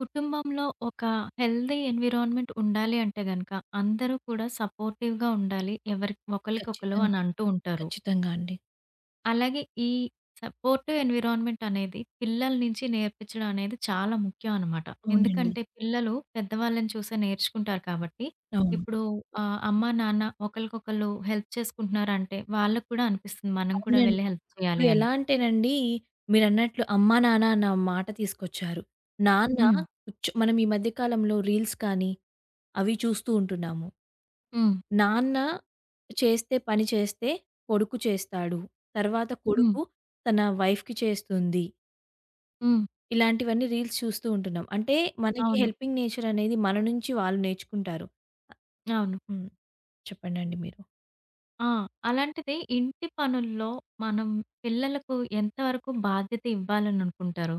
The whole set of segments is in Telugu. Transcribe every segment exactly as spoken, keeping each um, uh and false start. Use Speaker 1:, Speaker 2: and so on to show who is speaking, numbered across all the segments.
Speaker 1: కుటుంబంలో ఒక హెల్తీ ఎన్విరాన్మెంట్ ఉండాలి అంటే గనక, అందరూ కూడా సపోర్టివ్‌గా ఉండాలి. ఎవరి ఒకళ్ళకొకళ్ళు
Speaker 2: ఖచ్చితంగా.
Speaker 1: అని అంటూ ఉంటారు.
Speaker 2: ఖచ్చితంగా అండి.
Speaker 1: అలాగే ఈ సపోర్టివ్ ఎన్విరాన్మెంట్ అనేది పిల్లల నుంచి నేర్పించడం అనేది చాలా ముఖ్యం అనమాట.
Speaker 2: అవునండి.
Speaker 1: ఎందుకంటే పిల్లలు పెద్దవాళ్ళని చూసే నేర్చుకుంటారు కాబట్టి,
Speaker 2: అవును.
Speaker 1: ఇప్పుడు ఆహ్, అమ్మ, నాన్న ఒకళ్ళకొకళ్ళు హెల్ప్ చేసుకుంటున్నారంటే వాళ్ళకి కూడా అనిపిస్తుంది. మనం కూడా
Speaker 2: అవునండి.
Speaker 1: వెళ్లి హెల్ప్
Speaker 2: ఇప్పుడు
Speaker 1: చేయాలి అని.
Speaker 2: ఎలా అంటేనండి, మీరన్నట్లు అమ్మా, నాన్న అన్న మాట తీసుకొచ్చారు. నాన్న
Speaker 1: హ్మ్.
Speaker 2: కూర్చొ మనం ఈ మధ్య కాలంలో రీల్స్ కానీ, అవి చూస్తూ ఉంటున్నాము.
Speaker 1: హ్మ్.
Speaker 2: నాన్న చేస్తే పని చేస్తే కొడుకు చేస్తాడు. తర్వాత
Speaker 1: హ్మ్.
Speaker 2: కొడుకు తన వైఫ్‌కి చేస్తుంది.
Speaker 1: హ్మ్.
Speaker 2: ఇలాంటివన్నీ రీల్స్ చూస్తూ ఉంటున్నాం. అంటే మనకి
Speaker 1: అవును.
Speaker 2: హెల్పింగ్ నేచర్ అనేది మన నుంచి వాళ్ళు నేర్చుకుంటారు.
Speaker 1: అవును.
Speaker 2: హ్మ్. చెప్పండండి మీరు.
Speaker 1: ఆ! అలాంటిది ఇంటి పనుల్లో మనం పిల్లలకు ఎంతవరకు బాధ్యత ఇవ్వాలననుకుంటారు?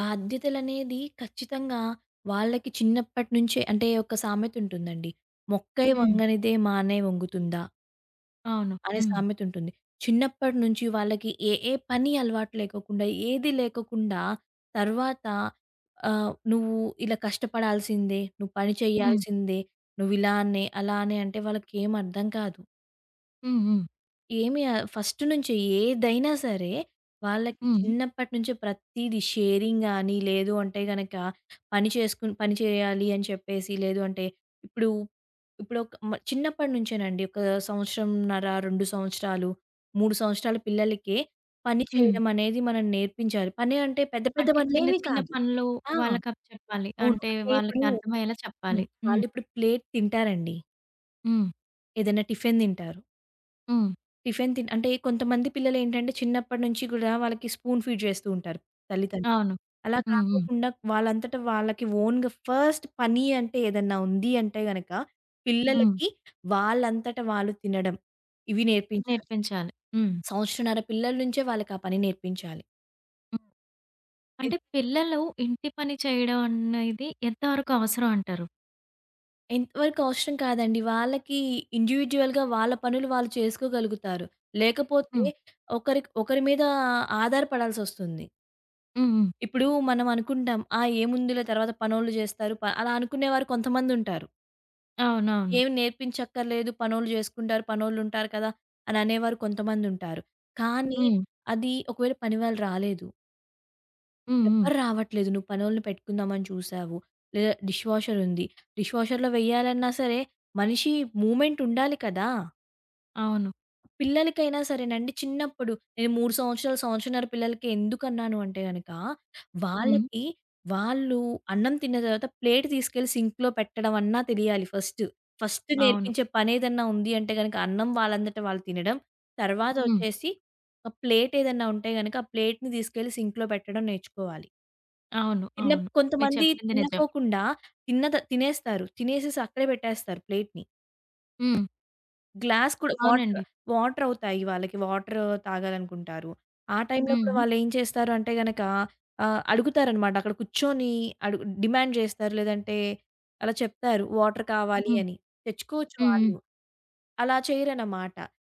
Speaker 2: బాధ్యతలనేది ఖచ్చితంగా వాళ్ళకి చిన్నప్పటి నుంచే అంటే ఒక సామెత ఉంటుందండి. "మొక్కై
Speaker 1: హ్మ్.
Speaker 2: వంగనిదే మానే వంగుతుందా"
Speaker 1: అవును.
Speaker 2: అనే
Speaker 1: హ్మ్.
Speaker 2: సామెత ఉంటుంది. చిన్నప్పటి నుంచి వాళ్ళకి ఏ ఏ పని అలవాటు లేకోకుండా, ఏది లేకోకుండా తర్వాత ఆహ్, "నువ్వు ఇలా కష్టపడాల్సిందే, నువ్వు పని
Speaker 1: హ్మ్.
Speaker 2: చేయాల్సిందే, నువ్వు ఇలానే, అలానే" అంటే వాళ్ళకేం అర్థం కాదు.
Speaker 1: హ్మ్. హ్మ్.
Speaker 2: ఏమి ఆహ్, ఫస్ట్ నుంచి ఏదైనా సరే, వాళ్ళకి
Speaker 1: హ్మ్.
Speaker 2: చిన్నప్పటి నుంచే ప్రతీది షేరింగ్ గాని, లేదు అంటే గనక పని చేసుకుని పని చేయాలి అని చెప్పేసి, లేదు అంటే ఇప్పుడు ఇప్పుడు ఒక మ చిన్నప్పటి నుంచేనండి. ఒక సంవత్సరంన్నర, రెండు సంవత్సరాలు, మూడు సంవత్సరాల పిల్లలకే పని
Speaker 1: హ్మ్.
Speaker 2: చేయడం అనేది మనం నేర్పించాలి. పని అంటే పెద్ద పెద్ద
Speaker 1: అంటే చిన్న
Speaker 2: పనులేవి
Speaker 1: చిన్న
Speaker 2: కాదు.
Speaker 1: పనులు
Speaker 2: ఆ!
Speaker 1: వాళ్ళకప్పచెప్పాలి.
Speaker 2: అవును.
Speaker 1: అంటే
Speaker 2: అంటే ఇప్పుడు
Speaker 1: వాళ్ళకి అర్థమయ్యేలా చెప్పాలి.
Speaker 2: హ్మ్.
Speaker 1: హ్మ్.
Speaker 2: వాళ్ళిప్పుడు ప్లేట్ తింటారండి.
Speaker 1: హ్మ్.
Speaker 2: ఏదైనా టిఫిన్ తింటారు.
Speaker 1: హ్మ్.
Speaker 2: టిఫిన్ తిన్ అంటే కొంతమంది పిల్లలేంటంటే చిన్నప్పటి నుంచి గూడా వాళ్ళకి స్పూన్ ఫీడ్ చేస్తూ ఉంటారు తల్లిదండ్రులు.
Speaker 1: అవును.
Speaker 2: అలా
Speaker 1: హ్మ్. హ్మ్.
Speaker 2: కాకోకుండా వాళ్ళంతట వాళ్ళకి ఓన్‌గా ఫస్ట్ పని అంటే ఏదన్నా ఉంది అంటే గనక హ్మ్.
Speaker 1: హ్మ్.
Speaker 2: పిల్లలకి వాళ్ళంతట వాళ్ళు తినడం. ఇవి నేర్పించాలి.
Speaker 1: నేర్పించాలి. హ్మ్.
Speaker 2: సంవత్సరన్నర పిల్లల నుంచే వాళ్ళకి ఆ పని నేర్పించాలి.
Speaker 1: హ్మ్.
Speaker 2: ఎన్
Speaker 1: అంటే పిల్లలు ఇంటి పని చేయడం అనేది ఎంతవరకు అవసరం అంటారు?
Speaker 2: ఎంతవరకు అవసరం కాదండి. వాళ్ళకి ఇండివిడ్యుయల్‌గా వాళ్ళ పనులు వాళ్ళు చేసుకోగలుగుతారు. లేకపోతే
Speaker 1: హ్మ్.
Speaker 2: ఒకరికి ఒకరి మీద ఆధారపడాల్సొస్తుంది.
Speaker 1: హ్మ్. హ్మ్.
Speaker 2: ఇప్పుడు మనం అనుకుంటాం. ఆ! ఏముందిలే తర్వాత పనోళ్ళు జేస్తారు. ప అలా అనుకునేవారు కొంతమందుంటారు.
Speaker 1: అవునవును.
Speaker 2: ఏమి నేర్పించక్కర్లేదు పనోళ్ళు జేసుకుంటారు. పనోళ్ళుంటారు కదా! అని అనేవారు కొంతమందుంటారు. కానీ
Speaker 1: హ్మ్.
Speaker 2: అది ఒకవేళ పని వాళ్ళు రాలేదు.
Speaker 1: హ్మ్. హ్మ్.
Speaker 2: ఎవ్వరు రావట్లేదు. నువ్వు పనోళ్ళని పెట్టుకుందామని చూసావు. లేదా డిష్ వాషరుంది. డిష్ వాషర్‌లో వెయ్యాలన్నా సరే మనిషి మూవ్‌మెంట్ ఉండాలి కదా!
Speaker 1: అవును.
Speaker 2: పిల్లలకైనా సరేనండి చిన్నప్పుడు నేను మూడు సంవత్సరాలు, సంవత్సరంన్నర పిల్లలకి ఎందుకన్నాను అంటే గనక,
Speaker 1: హ్మ్.
Speaker 2: వాళ్ళకి వాళ్ళు అన్నం తిన్న తర్వాత ప్లేట్ తీసుకెళ్ళి సింక్‌లో పెట్టడం అన్నా తెలియాలి ఫస్ట్. ఫస్ట్
Speaker 1: అవును.
Speaker 2: నేర్పించే పనేదన్నా ఉంది అంటే గనక అన్నం వాళ్ళంతట వాళ్ళు తినడం. తర్వాత
Speaker 1: హ్మ్.
Speaker 2: వచ్చేసి ఆ ప్లేట్ ఏదన్నా ఉంటే గనక ఆ ప్లేట్‌ని తీసుకెళ్ళి సింక్‌లో పెట్టడం నేర్చుకోవాలి.
Speaker 1: అవును.
Speaker 2: తిన్న
Speaker 1: అవును. మీరు
Speaker 2: కొంతమంది
Speaker 1: చెప్పింది నిజం.
Speaker 2: తినకోకుండా తిన్నద తినేస్తారు. తినేసేసి అక్కడే పెట్టేస్తారు ప్లేట్‌ని.
Speaker 1: హ్మ్.
Speaker 2: గ్లాస్ కూడా వాటర్
Speaker 1: అవునండి.
Speaker 2: వాటర్ అవుతాయి వాళ్ళకి. వాటర్ తాగాలనుకుంటారు. ఆ టైంలో
Speaker 1: హ్మ్.
Speaker 2: కూడా
Speaker 1: హ్మ్.
Speaker 2: వాళ్ళేం చేస్తారు అంటే గనక ఆహ్, అడుగుతారనమాట. అక్కడ కూర్చొని అడుగు డిమాండ్ చేస్తారు. లేదంటే అలా చెప్తారు వాటర్ కావాలి
Speaker 1: హ్మ్.
Speaker 2: అని. తెచ్చుకోవచ్చు
Speaker 1: హ్మ్.
Speaker 2: వాళ్ళు. అలా చేయరనమాట.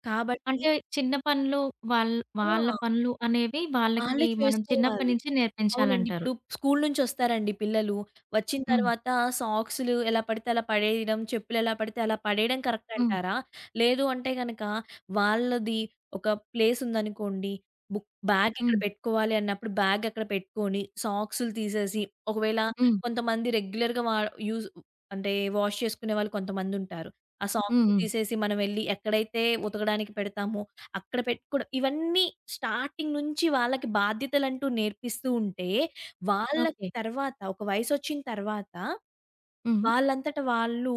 Speaker 2: కాబట్టి
Speaker 1: అంటే చిన్న పనులు వాళ్ వాళ్ళ
Speaker 2: ఆ!
Speaker 1: పనులు అనేవి
Speaker 2: వాళ్ళే
Speaker 1: వాళ్ళకి మనం చిన్నప్పటి
Speaker 2: చేసుకోవాలి.
Speaker 1: నుంచి
Speaker 2: అవునండి.
Speaker 1: నేర్పించాలంటారు.
Speaker 2: ఇప్పుడు స్కూలు నుంచొస్తారండి పిల్లలు. వచ్చిన
Speaker 1: హ్మ్.
Speaker 2: తర్వాత సాక్సులు ఎలా పడితే అలా పడేయడం, చెప్పులెలా పడితే అలా పడేయడం కరెక్ట్
Speaker 1: హ్మ్.
Speaker 2: అంటారా? లేదు అంటే గనక వాళ్ళది ఒక ప్లేసుందనుకోండి. బుక్ బ్యాగ్ ఇక్కడ
Speaker 1: హ్మ్.
Speaker 2: పెట్టుకోవాలి అన్నప్పుడు బ్యాగ్ అక్కడ పెట్టుకొని, సాక్సులు తీసేసి ఒకవేళ
Speaker 1: హ్మ్.
Speaker 2: కొంతమంది రెగ్యులర్‌గా వా యూజ్ అంటే వాష్ చేసుకునే వాళ్ళు కొంతమందుంటారు. ఆ
Speaker 1: హ్మ్.
Speaker 2: సాక్సులు
Speaker 1: హ్మ్.
Speaker 2: తీసేసి మనం వెళ్లి ఎక్కడైతే ఉతకడానికి పెడతామో అక్కడ పెట్టుకోవడం. ఇవన్నీ స్టార్టింగ్ నుంచి వాళ్ళకి బాధ్యతలంటూ నేర్పిస్తూ ఉంటే, వాళ్ళకి
Speaker 1: ఓకే.
Speaker 2: తర్వాత ఒక వయసొచ్చిన తర్వాత,
Speaker 1: హ్మ్.
Speaker 2: వాళ్ళంతట వాళ్ళు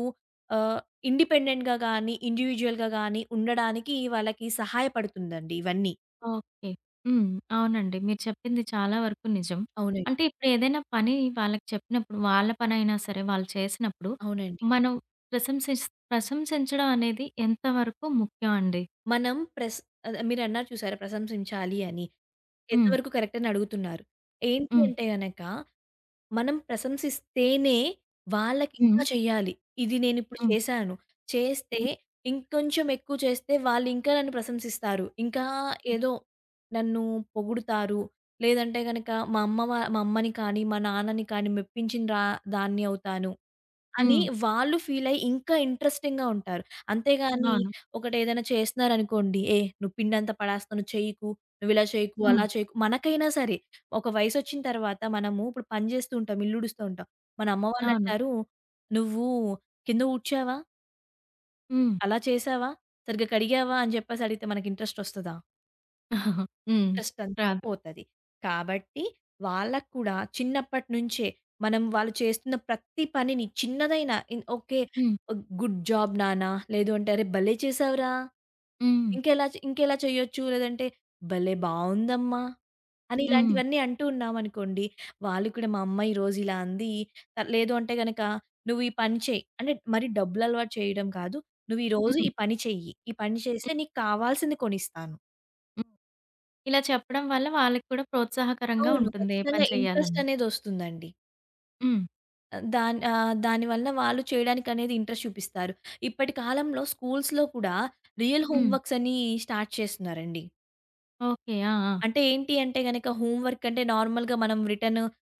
Speaker 2: ఆహ్, ఇండిపెండెంట్‌గా గానీ, ఇండివిడ్యుయల్‌గా గానీ ఉండడానికి వాళ్ళకి సహాయపడుతుందండి ఇవన్నీ.
Speaker 1: ఓకే. హ్మ్. అవునండి. మీరు చెప్పింది చాలా వరకు నిజం.
Speaker 2: అవునండి.
Speaker 1: అంటే ఇప్పుడు ఏదైనా పని వాళ్ళకి చెప్పినప్పుడు వాళ్ళ పనైనా సరే వాళ్ళు చేసినప్పుడు
Speaker 2: అవునండి.
Speaker 1: మనం ప్రశంసిస్ ప్రశంసించడం అనేది ఎంతవరకు ముఖ్యం అండి?
Speaker 2: మనం ప్రెస్ అదే మీరన్నారు చూసారా ప్రశంసించాలి అని.
Speaker 1: హ్మ్.
Speaker 2: ఎంతవరకు కరెక్ట్ అని అడుగుతున్నారు. ఏంటి
Speaker 1: హ్మ్.
Speaker 2: అంటే గనక మనం ప్రశంసిస్తేనే
Speaker 1: హ్మ్.
Speaker 2: వాళ్ళకింకా చెయ్యాలి. ఇది నేనిప్పుడు
Speaker 1: హ్మ్.
Speaker 2: చేశాను. చేస్తే
Speaker 1: హ్మ్.
Speaker 2: ఇంకొంచెం ఎక్కువ చేస్తే వాళ్ళింకా నన్ను ప్రశంసిస్తారు. ఇంకా ఏదో నన్ను పొగుడుతారు. లేదంటే గనక మా అమ్మ వా మా అమ్మని కానీ, మా నాన్నని కానీ మెప్పించిన రా దాన్ని అవుతాను. అని
Speaker 1: హ్మ్.
Speaker 2: వాళ్ళు ఫీలయ్యి ఇంకా ఇంట్రెస్టింగ్‌గా ఉంటారు. అంతేగాని
Speaker 1: అవును.
Speaker 2: హ్మ్. ఒకటేదైనా చేస్తున్నారనుకోండి, "ఏ నువ్వు పిండంతా పడేస్తున్నావు చెయ్యకు, నువ్విలా చేయకు, హ్మ్.
Speaker 1: హ్మ్.
Speaker 2: అలా చేయకు." మనకైనా సరే ఒక వయసొచ్చిన తర్వాత మనము ఇప్పుడు పని జేస్తూ ఉంటాం, ఇల్లుడుస్తూ ఉంటాం. మన అమ్మ హ్మ్.
Speaker 1: అవును.
Speaker 2: వాళ్ళంటారు, "నువ్వు కింద ఊడ్చావా?
Speaker 1: హ్మ్.
Speaker 2: అలా చేశావా? సరిగ్గా కడిగావా?" అని జెప్పేసడిగితే మనకి ఇంట్రెస్టొస్తదా?
Speaker 1: హ్మ్.
Speaker 2: ఇంట్రెస్ట్ అంతా
Speaker 1: రాదు.
Speaker 2: పోతది. కాబట్టి వాళ్ళకి కూడా చిన్నప్పటి నుంచే మనం వాళ్ళు చేస్తున్న ప్రతి పనిని చిన్నదైనా ఇన్ ఓకే.
Speaker 1: హ్మ్.
Speaker 2: గుడ్ జాబ్ నాన్న. లేదు అంటే అరే భలే చేసావురా!
Speaker 1: హ్మ్.
Speaker 2: ఇంకెలా చే- ఇంకెలా చేయొచ్చు. లేదంటే భలే బావుందమ్మా! అని
Speaker 1: హ్మ్.
Speaker 2: ఇలాంటివన్నీ అంటూ ఉన్నామనుకోండి. వాళ్ళు కూడా మా అమ్మ ఈరోజు ఇలా అంది. త- లేదు అంటే గనక నువ్వు ఈ పని చెయి. అంటే మరి డబ్బులు అలవాటు చేయడం కాదు. నువ్వు ఈరోజు ఈ
Speaker 1: హ్మ్.
Speaker 2: పని చెయ్యి. ఈ పని చేస్తే
Speaker 1: హ్మ్.
Speaker 2: నీకు కావాల్సింది కొనిస్తాను.
Speaker 1: హ్మ్. ఇలా చెప్పడం వల్ల వాళ్ళకి కూడా ప్రోత్సాహకరంగా
Speaker 2: అవును.
Speaker 1: ఉంటుంది. ఏ
Speaker 2: ఖచ్చితంగా
Speaker 1: పని
Speaker 2: ఇంట్రెస్ట్
Speaker 1: చేయాలన్నా.
Speaker 2: అనేదొస్తుందండి.
Speaker 1: హ్మ్.
Speaker 2: ఆహ్, దాని ఆహ్, దానివల్ల వాళ్ళు చేయడానికనేది ఇంట్రెస్ట్ చూపిస్తారు. ఇప్పటి కాలంలో స్కూల్స్‌లో కూడా రియల్ హ్మ్.
Speaker 1: హ్మ్.
Speaker 2: హోమ్‌వర్క్స్ అని స్టార్ట్ చేస్తున్నారండి.
Speaker 1: ఓకే. ఆ! ఆ!
Speaker 2: అంటే ఏంటి అంటే గనక హోమ్‌వర్క్ అంటే నార్మల్‌గా మనం రిటన్,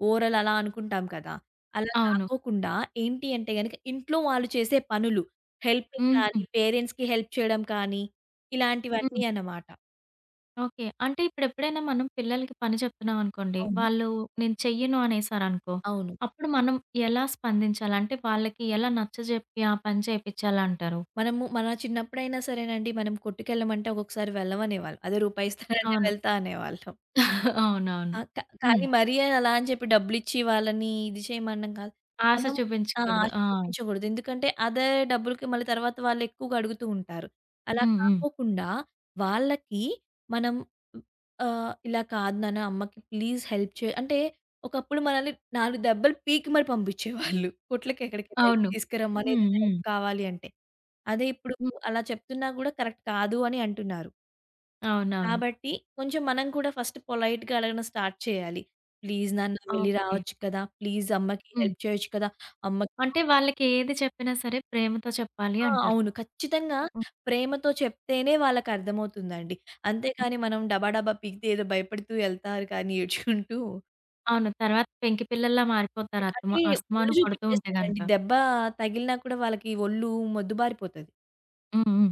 Speaker 2: ఓరల్ అలా అనుకుంటాం కదా! అలా
Speaker 1: అవును.
Speaker 2: కాకోకుండా ఏంటి అంటే గనక ఇంట్లో వాళ్ళు చేసే పనులు హెల్పింగ్
Speaker 1: హుహు.
Speaker 2: కానీ, పేరెంట్స్‌కి హెల్ప్ చేయడం కానీ,
Speaker 1: హ్మ్.
Speaker 2: ఇలాంటివన్నీ అన్నమాట.
Speaker 1: ఓకే. అంటే ఇప్పుడెప్పుడైనా మనం పిల్లలకి పని చెప్తున్నాం అనుకోండి.
Speaker 2: అవును. హ్మ్.
Speaker 1: వాళ్ళు నేను చెయ్యను అనేసారనుకో.
Speaker 2: అవును.
Speaker 1: అప్పుడు మనం ఎలా స్పందించాలి? అంటే వాళ్ళకి ఎలా నచ్చజెప్పి ఆ పని చేపిచ్చాలంటారు?
Speaker 2: మనము మన చిన్నప్పుడైనా సరేనండి, మనం కొట్టుకెళ్ళమంటే ఒక్కొక్కసారి వెళ్ళమనేవాళ్ళు. అదే రూపాయి ఇస్తానంటే
Speaker 1: అవును.
Speaker 2: వెళ్తా అనేవాళ్ళం.
Speaker 1: అవునవును.
Speaker 2: ఆ! క కానీ
Speaker 1: హ్మ్.
Speaker 2: మరీ అలా అని చెప్పి డబ్బులిచ్చి వాళ్ళని ఇది చేయమనడం కాదు.
Speaker 1: ఆశ
Speaker 2: మనం ఆ!
Speaker 1: చూపించకూడదు.
Speaker 2: ఆశ
Speaker 1: ఆ!
Speaker 2: చూపించకూడదు. ఎందుకంటే అదే డబ్బులకి మళ్ళీ తర్వాత వాళ్ళు ఎక్కువగా అడుగుతూ ఉంటారు. అలా
Speaker 1: హ్మ్. హ్మ్.
Speaker 2: కాకోకుండా వాళ్ళకి మనం ఆహ్, ఇలా కాదు నాన్న అమ్మకి ప్లీజ్ హెల్ప్ చేయి అంటే ఒకప్పుడు మనల్ని నాలుగు దెబ్బలు పీకి మరి పంపించేవాళ్ళు. కొట్లకి ఎక్కడికైనా ఎళ్లి
Speaker 1: అవును.
Speaker 2: తీసుకురమ్మని
Speaker 1: హ్మ్.
Speaker 2: ఏదైనా
Speaker 1: హ్మ్.
Speaker 2: హెల్ప్ కావాలి అంటే. అదే ఇప్పుడు
Speaker 1: హ్మ్.
Speaker 2: అలా చెప్తున్నా గూడా కరెక్ట్ కాదు అని అంటున్నారు.
Speaker 1: అవునవును.
Speaker 2: కాబట్టి కొంచెం మనం కూడా ఫస్ట్ పొలైట్‌గా అడగడం స్టార్ట్ చేయాలి. "ప్లీజ్ నాన్న వెళ్ళి
Speaker 1: ఓకే.
Speaker 2: రావచ్చు కదా! ప్లీజ్ అమ్మకి
Speaker 1: హ్మ్.
Speaker 2: హెల్ప్ చేయొచ్చు కదా! అమ్మకి"
Speaker 1: అంటే వాళ్ళకి ఏది చెప్పినా సరే ప్రేమతో చెప్పాలి
Speaker 2: ఆ!
Speaker 1: అంటారు.
Speaker 2: అవును. ఖచ్చితంగా
Speaker 1: హ్మ్.
Speaker 2: ప్రేమతో చెప్తేనే వాళ్ళకర్థమవుతుందండి.
Speaker 1: హ్మ్.
Speaker 2: అంతేగాని మనం డబా డబా పీకితే ఏదో భయపడుతూ ఎళ్తారు కానీ ఏడ్చుకుంటూ.
Speaker 1: అవును. తర్వాత పెంకి పిల్లల్లా మారిపోతారు
Speaker 2: అంటే
Speaker 1: అస్తమా
Speaker 2: ఒళ్ళు
Speaker 1: అస్తమానం కొడుతూ ఉంటే గనక.
Speaker 2: చూపించేస్తారండి. దెబ్బ తగిలినా కూడా వాళ్ళకి ఒళ్ళు మొద్దుబారిపోతది.
Speaker 1: హ్మ్. హ్మ్.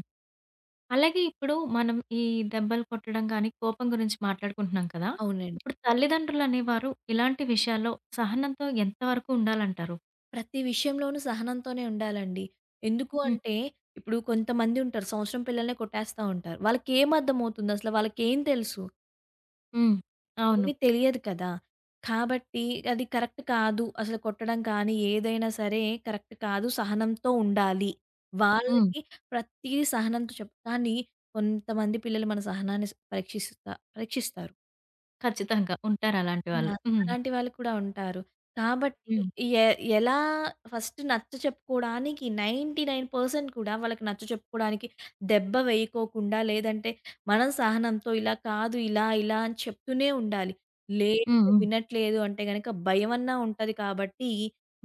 Speaker 1: అలాగే ఇప్పుడు మనం ఈ దెబ్బలు కొట్టడం గాని, కోపం గురించి మాట్లాడుకుంటున్నాం కదా!
Speaker 2: అవునండి.
Speaker 1: ఇప్పుడు తల్లిదండ్రులనేవారు ఇలాంటి విషయాల్లో సహనంతో ఎంతవరకు ఉండాలంటారు?
Speaker 2: ప్రతి విషయంలోనూ సహనంతోనే ఉండాలండి. ఎందుకు
Speaker 1: హ్మ్.
Speaker 2: అంటే, ఇప్పుడు కొంతమంది ఉంటారు సంవత్సరం పిల్లలనే కొట్టేస్తా ఉంటారు. వాళ్ళకేం అర్థమవుతుంది అసలు? వాళ్ళకేం తెలుసు?
Speaker 1: హ్మ్. అవును.
Speaker 2: ఏమీ తెలియదు కదా! కాబట్టి అది కరెక్ట్ కాదు. అసలు కొట్టడం కానీ ఏదైనా సరే కరెక్ట్ కాదు. సహనంతో ఉండాలి.
Speaker 1: హ్మ్.
Speaker 2: వాళ్ళకి ప్రతీది సహనంతో చెప్ కానీ కొంతమంది పిల్లలు మన సహనాన్ని స్ పరీక్షిస్తా పరీక్షిస్తారు.
Speaker 1: ఖచ్చితంగా. ఉంటారు అలాంటి
Speaker 2: ఆ!
Speaker 1: వాళ్ళు. హ్మ్.
Speaker 2: అలాంటి వాళ్ళు కూడా ఉంటారు. కాబట్టి
Speaker 1: హ్మ్.
Speaker 2: ఎ ఎలా ఫస్ట్ నచ్చ చెప్పుకోవడానికి తొంభై తొమ్మిది శాతం కూడా వాళ్ళకి నచ్చ చెప్పుకోవడానికి దెబ్బ వేయకోకుండా, లేదంటే మనం సహనంతో ఇలా కాదు, ఇలా, ఇలా అని చెప్తూనే ఉండాలి. లేదు
Speaker 1: హ్మ్. హ్మ్.
Speaker 2: వినట్లేదు అంటే గనక భయమన్నా ఉంటది కాబట్టి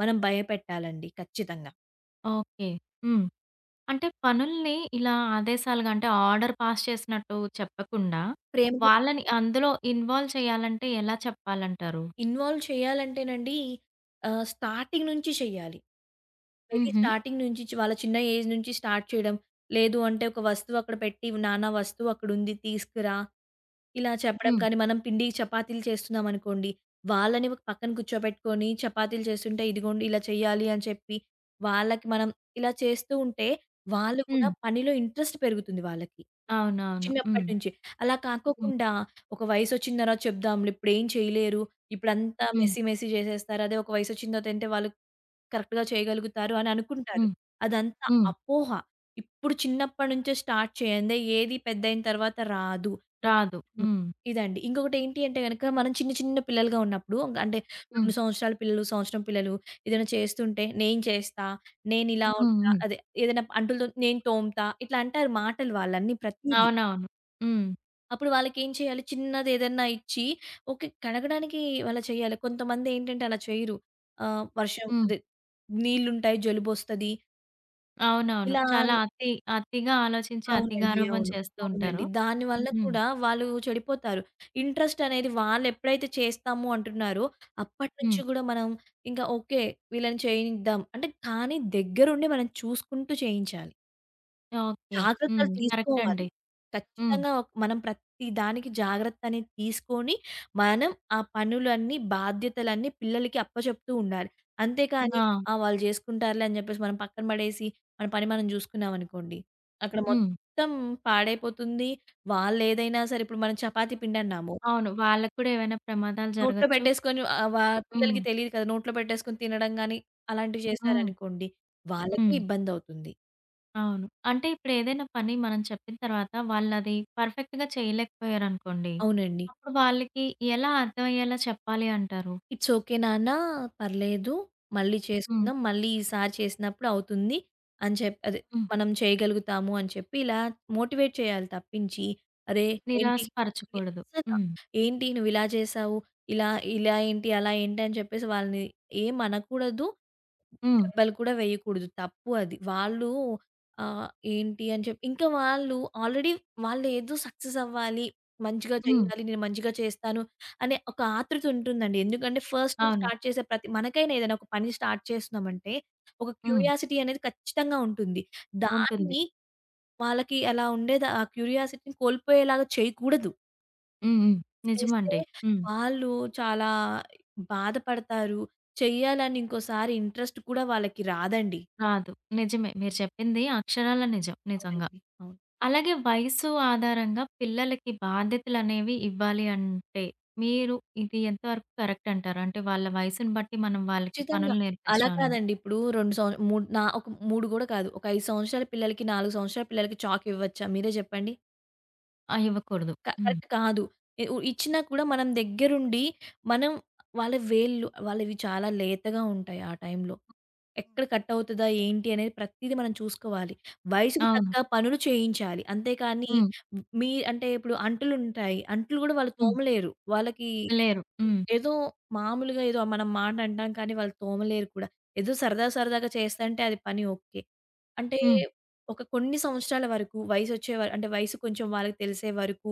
Speaker 2: మనం భయపెట్టాలండి ఖచ్చితంగా.
Speaker 1: ఓకే. హ్మ్. అంటే పనుల్ని ఇలా ఆదేశాలుగా అంటే ఆర్డర్ పాస్ చేసినట్టు చెప్పకుండా,
Speaker 2: ప్రేమగా
Speaker 1: వాళ్ళని
Speaker 2: చెప్పాలి.
Speaker 1: అందులో ఇన్వాల్వ్ చేయాలంటే ఎలా చెప్పాలంటారు?
Speaker 2: ఇన్వాల్వ్ చేయాలంటేనండి ఆహ్, స్టార్టింగ్ నుంచి చేయాలి. వెళ్ళి
Speaker 1: హుహు.
Speaker 2: స్టార్టింగ్ నుంచి చి వాళ్ళ చిన్న ఏజ్ నుంచి స్టార్ట్ చేయడం. లేదు అంటే ఒక వస్తువు అక్కడ పెట్టి, నాన్న వస్తువు అక్కడుంది తీసుకురా! ఇలా చెప్పడం
Speaker 1: హ్మ్.
Speaker 2: కానీ, మనం పిండి చపాతీలు చేస్తున్నామనుకోండి, వాళ్ళని ఒక పక్కన కూర్చోబెట్టుకొని చపాతీలు చేస్తుంటే, ఇదిగోండి ఇలా చేయాలి అని చెప్పి, వాళ్ళకి మనం ఇలా చేస్తూ ఉంటే, వాళ్ళు
Speaker 1: హ్మ్.
Speaker 2: కూడా పనిలో ఇంట్రెస్ట్ పెరుగుతుంది వాళ్ళకి.
Speaker 1: అవునవును.
Speaker 2: చిన్నప్పటి
Speaker 1: హ్మ్.
Speaker 2: నుంచి. అలా
Speaker 1: హ్మ్.
Speaker 2: కాకోకుండా ఒక వయసొచ్చిన తర్వాత చెప్దాంలే ఇప్పుడేం చేయలేరు. ఇప్పుడంతా
Speaker 1: హ్మ్.
Speaker 2: మెస్సీ మెస్సీ చేసేస్తారు. అదే ఒక వయసొచ్చిన తర్వాత అంటే వాళ్ళు కరెక్ట్‌గా చేయగలుగుతారు అని అనుకుంటారు.
Speaker 1: హ్మ్.
Speaker 2: అదంతా
Speaker 1: హ్మ్.
Speaker 2: అపోహ. ఇప్పుడు చిన్నప్పటి నుంచే స్టార్ట్ చేయందే ఏది పెద్దయిన తర్వాత రాదు.
Speaker 1: రాదు.
Speaker 2: హ్మ్.
Speaker 1: హ్మ్.
Speaker 2: ఇదండి. ఇంకొకటేంటి అంటే గనక మనం చిన్న చిన్న పిల్లలుగా ఉన్నప్పుడు అంటే
Speaker 1: హ్మ్.
Speaker 2: రెండు సంవత్సరాల పిల్లలు, సంవత్సరం పిల్లలు ఏదైనా చేస్తుంటే నేను చేస్తా, నేనిలా హ్మ్.
Speaker 1: హ్మ్.
Speaker 2: ఉంటా,
Speaker 1: హ్మ్.
Speaker 2: అదే ఏదైనా అంటులతో నేను తోముతా ఇట్లా అంటారు మాటలు వాళ్ళన్నీ ప్రతీదీ.
Speaker 1: అవునవును. హ్మ్.
Speaker 2: అప్పుడు వాళ్ళకేం చేయాలి చిన్నదేదన్నా ఇచ్చి ఓకే. కడగడానికి వాళ్ళ చేయాలి. కొంతమందేంటంటే అలా చేయరు. ఆహ్, వర్షం
Speaker 1: హ్మ్.
Speaker 2: అదే నీళ్లుంటాయి, జలుబొస్తది.
Speaker 1: అవునవును.
Speaker 2: ఇలా
Speaker 1: చాలా
Speaker 2: అవును.
Speaker 1: అతి అతిగా ఆలోచించి
Speaker 2: అవునండి. హ్మ్.
Speaker 1: అతిగారాబం
Speaker 2: అవును.
Speaker 1: చేస్తూ
Speaker 2: అవునండి.
Speaker 1: ఉంటారు.
Speaker 2: దానివల్ల హ్మ్.
Speaker 1: హ్మ్.
Speaker 2: కూడా వాళ్ళు చెడిపోతారు. ఇంట్రెస్ట్ అనేది వాళ్ళెప్పుడైతే చేస్తాము అంటున్నారో,
Speaker 1: హ్మ్.
Speaker 2: అప్పటినుంచి గూడా మనం ఇంకా ఓకే. వీళ్ళని చేయిద్దాం అంటే కానీ దగ్గరుండి మనం చూసుకుంటూ చేయించాలి.
Speaker 1: ఓకే. హ్మ్.
Speaker 2: జాగ్రత్తలు
Speaker 1: కరెక్ట్
Speaker 2: తీసుకోవాలి.
Speaker 1: అండి. హ్మ్.
Speaker 2: ఖచ్చితంగా ఒక్ మనం ప్రతి దానికి జాగ్రత్త అనేది తీసుకొని, మనం ఆ పనులన్నీ, బాధ్యతలన్నీ పిల్లలకి అప్పచెప్తూ ఉండాలి. అంతేకాని
Speaker 1: ఆ!
Speaker 2: ఆ! వాళ్ళు జేసుకుంటారులే అని జెప్పేసి మనం పక్కన బడేసి, మన పని మనం జూసుకున్నామనుకోండి, అక్కడ
Speaker 1: హ్మ్.
Speaker 2: మొత్తం పాడైపోతుంది. వాళ్ళేదైనా సరే ఇప్పుడు మనం చపాతీ పిండన్నాము,
Speaker 1: అవును. వాళ్ళకి కూడా ఏవైనా ప్రమాదాలు
Speaker 2: నోట్లో
Speaker 1: జరగొచ్చు.
Speaker 2: పెట్టేసుకొని ఆహ్, వా పిల్లలకి
Speaker 1: హ్మ్.
Speaker 2: తెలీదు కదా! నోట్లో పెట్టేసుకొని తినడం గాని అలాంటివి
Speaker 1: హ్మ్.
Speaker 2: చేశారనుకోండి, వాళ్ళకే
Speaker 1: హ్మ్.
Speaker 2: ఇబ్బందవుతుంది.
Speaker 1: అవును. అంటే ఇప్పుడేదైనా పని మనం చెప్పిన తర్వాత వాళ్ళది పర్ఫెక్ట్‌గా చేయలేకపోయారనుకోండి.
Speaker 2: అవునండి.
Speaker 1: అప్పుడు వాళ్ళకి ఎలా అర్థమయ్యేలా చెప్పాలి అంటారు?
Speaker 2: ఇట్స్ ఓకే నాన్న. పర్లేదు. మళ్ళీ
Speaker 1: హ్మ్.
Speaker 2: చేసుకుందాం. మళ్ళీ ఈసారి చేసినప్పుడు అవుతుంది అని చెప్పి అదే
Speaker 1: హ్మ్.
Speaker 2: మనం చేయగలుగుతాము అని చెప్పి ఇలా మోటివేట్ చేయాలి తప్పించి, అరే! ఏంటి
Speaker 1: నిరాశపరచకూడదు.
Speaker 2: అస్సల
Speaker 1: హ్మ్.
Speaker 2: ఏంటి నువ్వు ఇలా చేసావు? ఇలా ఇలా ఏంటి? అలా ఏంటి? అని చెప్పేసి వాళ్ళని ఏం అనకూడదు.
Speaker 1: హ్మ్.
Speaker 2: దెబ్బలు కూడా వేయకూడదు. తప్పు అది. వాళ్ళు ఆహ్, ఏంటి అని చెప్పి ఇంకా వాళ్ళు ఆల్రెడీ వాళ్ళేదో సక్సెస్ అవ్వాలి, మంచిగా
Speaker 1: హ్మ్.
Speaker 2: చేయాలి, నేను మంచిగా చేస్తాను అనే ఒక ఆతృత ఉంటుందండి. ఎందుకంటే ఫస్ట్ నుంచి
Speaker 1: అవును.
Speaker 2: స్టార్ట్ చేసే ప్రతి మనకైనా ఏదైనా ఒక పని స్టార్ట్ చేస్తున్నామంటే ఒక
Speaker 1: హ్మ్.
Speaker 2: క్యూరియాసిటీ అనేది ఖచ్చితంగా ఉంటుంది.
Speaker 1: ఉంటుంది.
Speaker 2: దాన్ని వాళ్ళకి అలా ఉండేది ఆ క్యూరియాసిటీని కోల్పోయేలాగా చేయకూడదు.
Speaker 1: హ్మ్. హ్మ్.
Speaker 2: చేస్తే
Speaker 1: నిజమండి. హ్మ్.
Speaker 2: వాళ్ళు చాలా బాధపడతారు. చెయ్యాలని ఇంకోసారి ఇంట్రెస్ట్ కూడా వాళ్ళకి రాదండి.
Speaker 1: రాదు. నిజమే. మీరు చెప్పింది అక్షరాల నిజం. నిజంగా.
Speaker 2: అవునండి. అవును.
Speaker 1: అలాగే వయసు ఆధారంగా పిల్లలకి బాధ్యతలనేవి ఇవ్వాలి అంటే, మీరు ఇది ఎంతవరకు కరెక్ట్ అంటారు? అంటే వాళ్ళ వయసుని బట్టి మనం వాళ్ళకి
Speaker 2: ఖచ్చితంగా.
Speaker 1: పనులు
Speaker 2: అలా
Speaker 1: నేర్పించడం అనేది
Speaker 2: కాదండి. ఇప్పుడు రెండు సంవ మూడు నా ఒక మూడు గూడా కాదు. ఒక ఐదు సంవత్సరాల పిల్లలకి, నాలుగు సంవత్సరాల పిల్లలకి చాక్ ఇవ్వచ్చా? మీరే చెప్పండి.
Speaker 1: ఆ! ఇవ్వకూడదు.
Speaker 2: క
Speaker 1: హ్మ్.
Speaker 2: కరెక్ట్ కాదు. ఎ ఉ ఇచ్చినా కూడా మనం దగ్గరుండి మనం వాళ్ళ వేళ్ళు వాళ్ళవి చాలా లేతగా ఉంటాయి ఆ టైంలో. ఎక్కడ కట్ అవుతదా? ఏంటి? అనేది ప్రతీదీ మనం చూసుకోవాలి. వయసుకు
Speaker 1: అవును.
Speaker 2: తగ్గ పనులు చేయించాలి. అంతేకానీ
Speaker 1: హ్మ్.
Speaker 2: మీ అంటే ఇప్పుడు అంట్లు ఉంటాయి. అంట్లు గూడా వాళ్ళు
Speaker 1: హ్మ్.
Speaker 2: తోమలేరు. వాళ్ళకి
Speaker 1: లేరు. హ్మ్.
Speaker 2: ఏదో మామూలుగా ఏదో మనం మాట అంటాం కానీ వాళ్ళు తోమలేరు కూడా. ఏదో సరదా సరదాగా చేస్తంటే అది పని ఓకే. అంటే
Speaker 1: హ్మ్.
Speaker 2: ఒక కొన్ని సంవత్సరాల వరకు వయసొచ్చే వ అంటే వయసు కొంచెం వాళ్ళకి తెలిసే వరకు,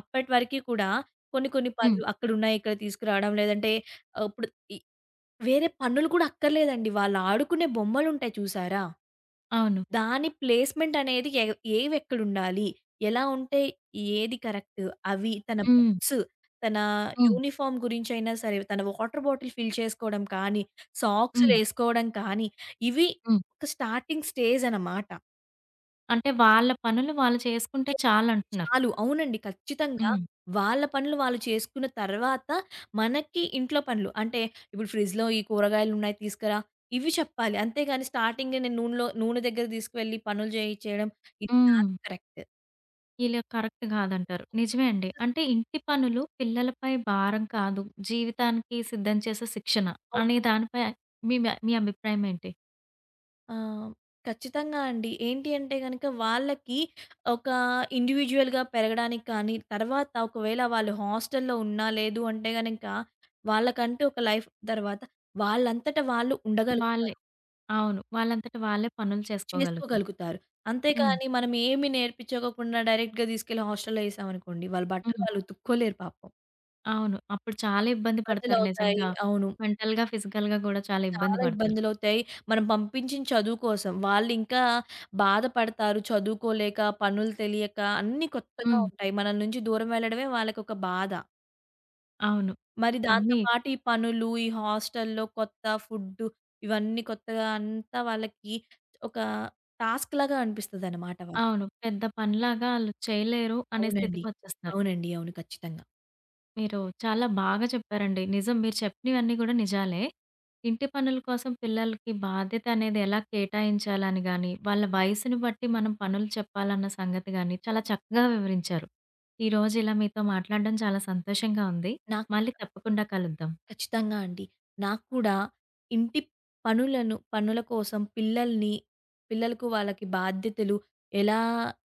Speaker 2: అప్పటి వరకి కూడా కొన్ని కొన్ని
Speaker 1: హ్మ్.
Speaker 2: పనులు అక్కడున్నాయి ఇక్కడ తీసుకురావడం లేదంటే ఆహ్, ఇప్పుడు ఇ వేరే పనులు కూడా అక్కర్లేదండి. వాళ్ళు ఆడుకునే బొమ్మలుంటాయి చూసారా?
Speaker 1: అవును.
Speaker 2: దాని ప్లేస్‌మెంట్ అనేది ఎ ఏవెక్కడుండాలి? ఎలా ఉంటే ఏది కరెక్ట్? అవి తన
Speaker 1: హ్మ్.
Speaker 2: బుక్స్, తన
Speaker 1: హ్మ్.
Speaker 2: యూనిఫార్మ్ గురించైనా సరే, తన వాటర్ బాటిల్ ఫిల్ చేసుకోవడం కానీ,
Speaker 1: హ్మ్.
Speaker 2: సాక్సులేసుకోవడం కానీ, ఇవి
Speaker 1: హ్మ్.
Speaker 2: ఒక స్టార్టింగ్ స్టేజ్ అనమాట.
Speaker 1: అంటే వాళ్ళ పనులు వాళ్ళు చేసుకుంటే
Speaker 2: చేస్తే
Speaker 1: చాలంటున్నారు.
Speaker 2: చాలు. అవునండి. ఖచ్చితంగా.
Speaker 1: హ్మ్.
Speaker 2: వాళ్ళ పనులు వాళ్ళు చేసుకున్న తర్వాత, మనకి ఇంట్లో పనులు అంటే, ఇప్పుడు ఫ్రిడ్జ్‌లో ఈ కూరగాయలున్నాయి తీసుకురా, ఇవి చెప్పాలి. అంతేగాని స్టార్టింగే నేను నూనెలో నూనె దగ్గర తీసుకువెళ్ళి పనులు చేయిచ్చేయడం, ఇది
Speaker 1: హ్మ్.
Speaker 2: కాదు కరెక్ట్.
Speaker 1: ఇలా కరెక్ట్ కాదంటారు.
Speaker 2: సో,
Speaker 1: నిజమే అండి. అంటే
Speaker 2: ప్రాసెస్
Speaker 1: ఇంటి పనులు పిల్లలపై భారం కాదు, జీవితానికి సిద్ధం చేసే శిక్షణ అనే దానిపై మీ మ మీ అభిప్రాయం ఏంటి?
Speaker 2: ఆ! ఖచ్చితంగా అండి. ఏంటి అంటే గనక వాళ్ళకి ఒక ఇండివిడ్యుయల్‌గా పెరగడానికి కానీ, తర్వాత ఒకవేళ వాళ్ళు హాస్టల్‌లో ఉన్నా, లేదు అంటే గనక వాళ్ళకంటూ ఒక లైఫ్ తర్వాత వాళ్ళంతట వాళ్ళు
Speaker 1: వాళ్ళే
Speaker 2: ఉండగలుగుతారు.
Speaker 1: అవును. వాళ్ళంతట వాళ్ళే పనులు చేసుకోగలుగుతారు.
Speaker 2: చేసుకోగలుగుతారు.
Speaker 1: హ్మ్.
Speaker 2: అంతేకాని మనం ఏమి నేర్పించుకోకుండా డైరెక్ట్‌గా తీసుకెళ్ళి హాస్టల్‌లో ఏసామనుకోండి, వాళ్ళ బట్టలు
Speaker 1: హ్మ్.
Speaker 2: వాళ్ళు ఉతుక్కోలేరు పాపం.
Speaker 1: అవును. అప్పుడు చాలా ఇబ్బంది పడతారు
Speaker 2: ఇబ్బందులవుతాయి.
Speaker 1: నిజంగా.
Speaker 2: అవును.
Speaker 1: మెంటల్‌గా, ఫిజికల్‌గా గూడా చాలా ఇబ్బంది
Speaker 2: చాలా
Speaker 1: పడతారు.
Speaker 2: ఇబ్బందులవుతాయి. మనం పంపించిన చదువు కోసం వాళ్ళింకా బాధపడతారు. చదువుకోలేక, పనులు తెలియక అన్నీ కొత్తగా
Speaker 1: హ్మ్.
Speaker 2: ఉంటాయి. మనల నుంచి దూరం వెళ్ళడమే వాళ్ళకొక బాధ.
Speaker 1: అవును.
Speaker 2: మరి దాంతో
Speaker 1: అన్నీ
Speaker 2: పాటు ఈ పనులు, ఈ హాస్టల్‌లో కొత్త ఫుడ్డు ఇవన్నీ కొత్తగా అంతా వాళ్ళకి ఒక టాస్క్‌లాగా అనిపిస్తదనమాట వాళ్ళకి.
Speaker 1: అవును. పెద్ద పనిలాగా ఆళ్ళు చేయలేరు అనే
Speaker 2: అవునండి.
Speaker 1: స్థితికొచ్చేస్తారు.
Speaker 2: అవునండి. అవును. ఖచ్చితంగా.
Speaker 1: మీరు చాలా బాగా చెప్పారండి. నిజం మీరు చెప్పినవన్నీ గూడా నిజాలే. ఇంటి పనుల కోసం పిల్లలకి బాధ్యత అనేది ఎలా కేటాయించాలని గాని, వాళ్ళ వయసుని బట్టి మనం పనులు చెప్పాలన్న సంగతి గాని చాలా చక్కగా వివరించారు. ఈరోజు ఇలా మీతో మాట్లాడడం చాలా సంతోషంగా ఉంది.
Speaker 2: నాకు
Speaker 1: మళ్ళీ తప్పకుండా కలుద్దాం.
Speaker 2: ఖచ్చితంగా అండి. నాకు కూడా ఇంటి పనులను పనుల కోసం పిల్లల్ని పిల్లలకు వాళ్ళకి బాధ్యతలు ఎలా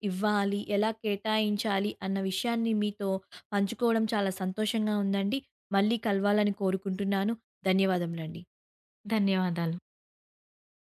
Speaker 2: ఇవ్వాలి? ఎలా కేటాయించాలి? అన్న విషయాన్ని మీతో పంచుకోవడం చాలా సంతోషంగా ఉందండి. మళ్ళీ కలవాలని కోరుకుంటున్నాను. ధన్యవాదములండి.
Speaker 1: ధన్యవాదాలు.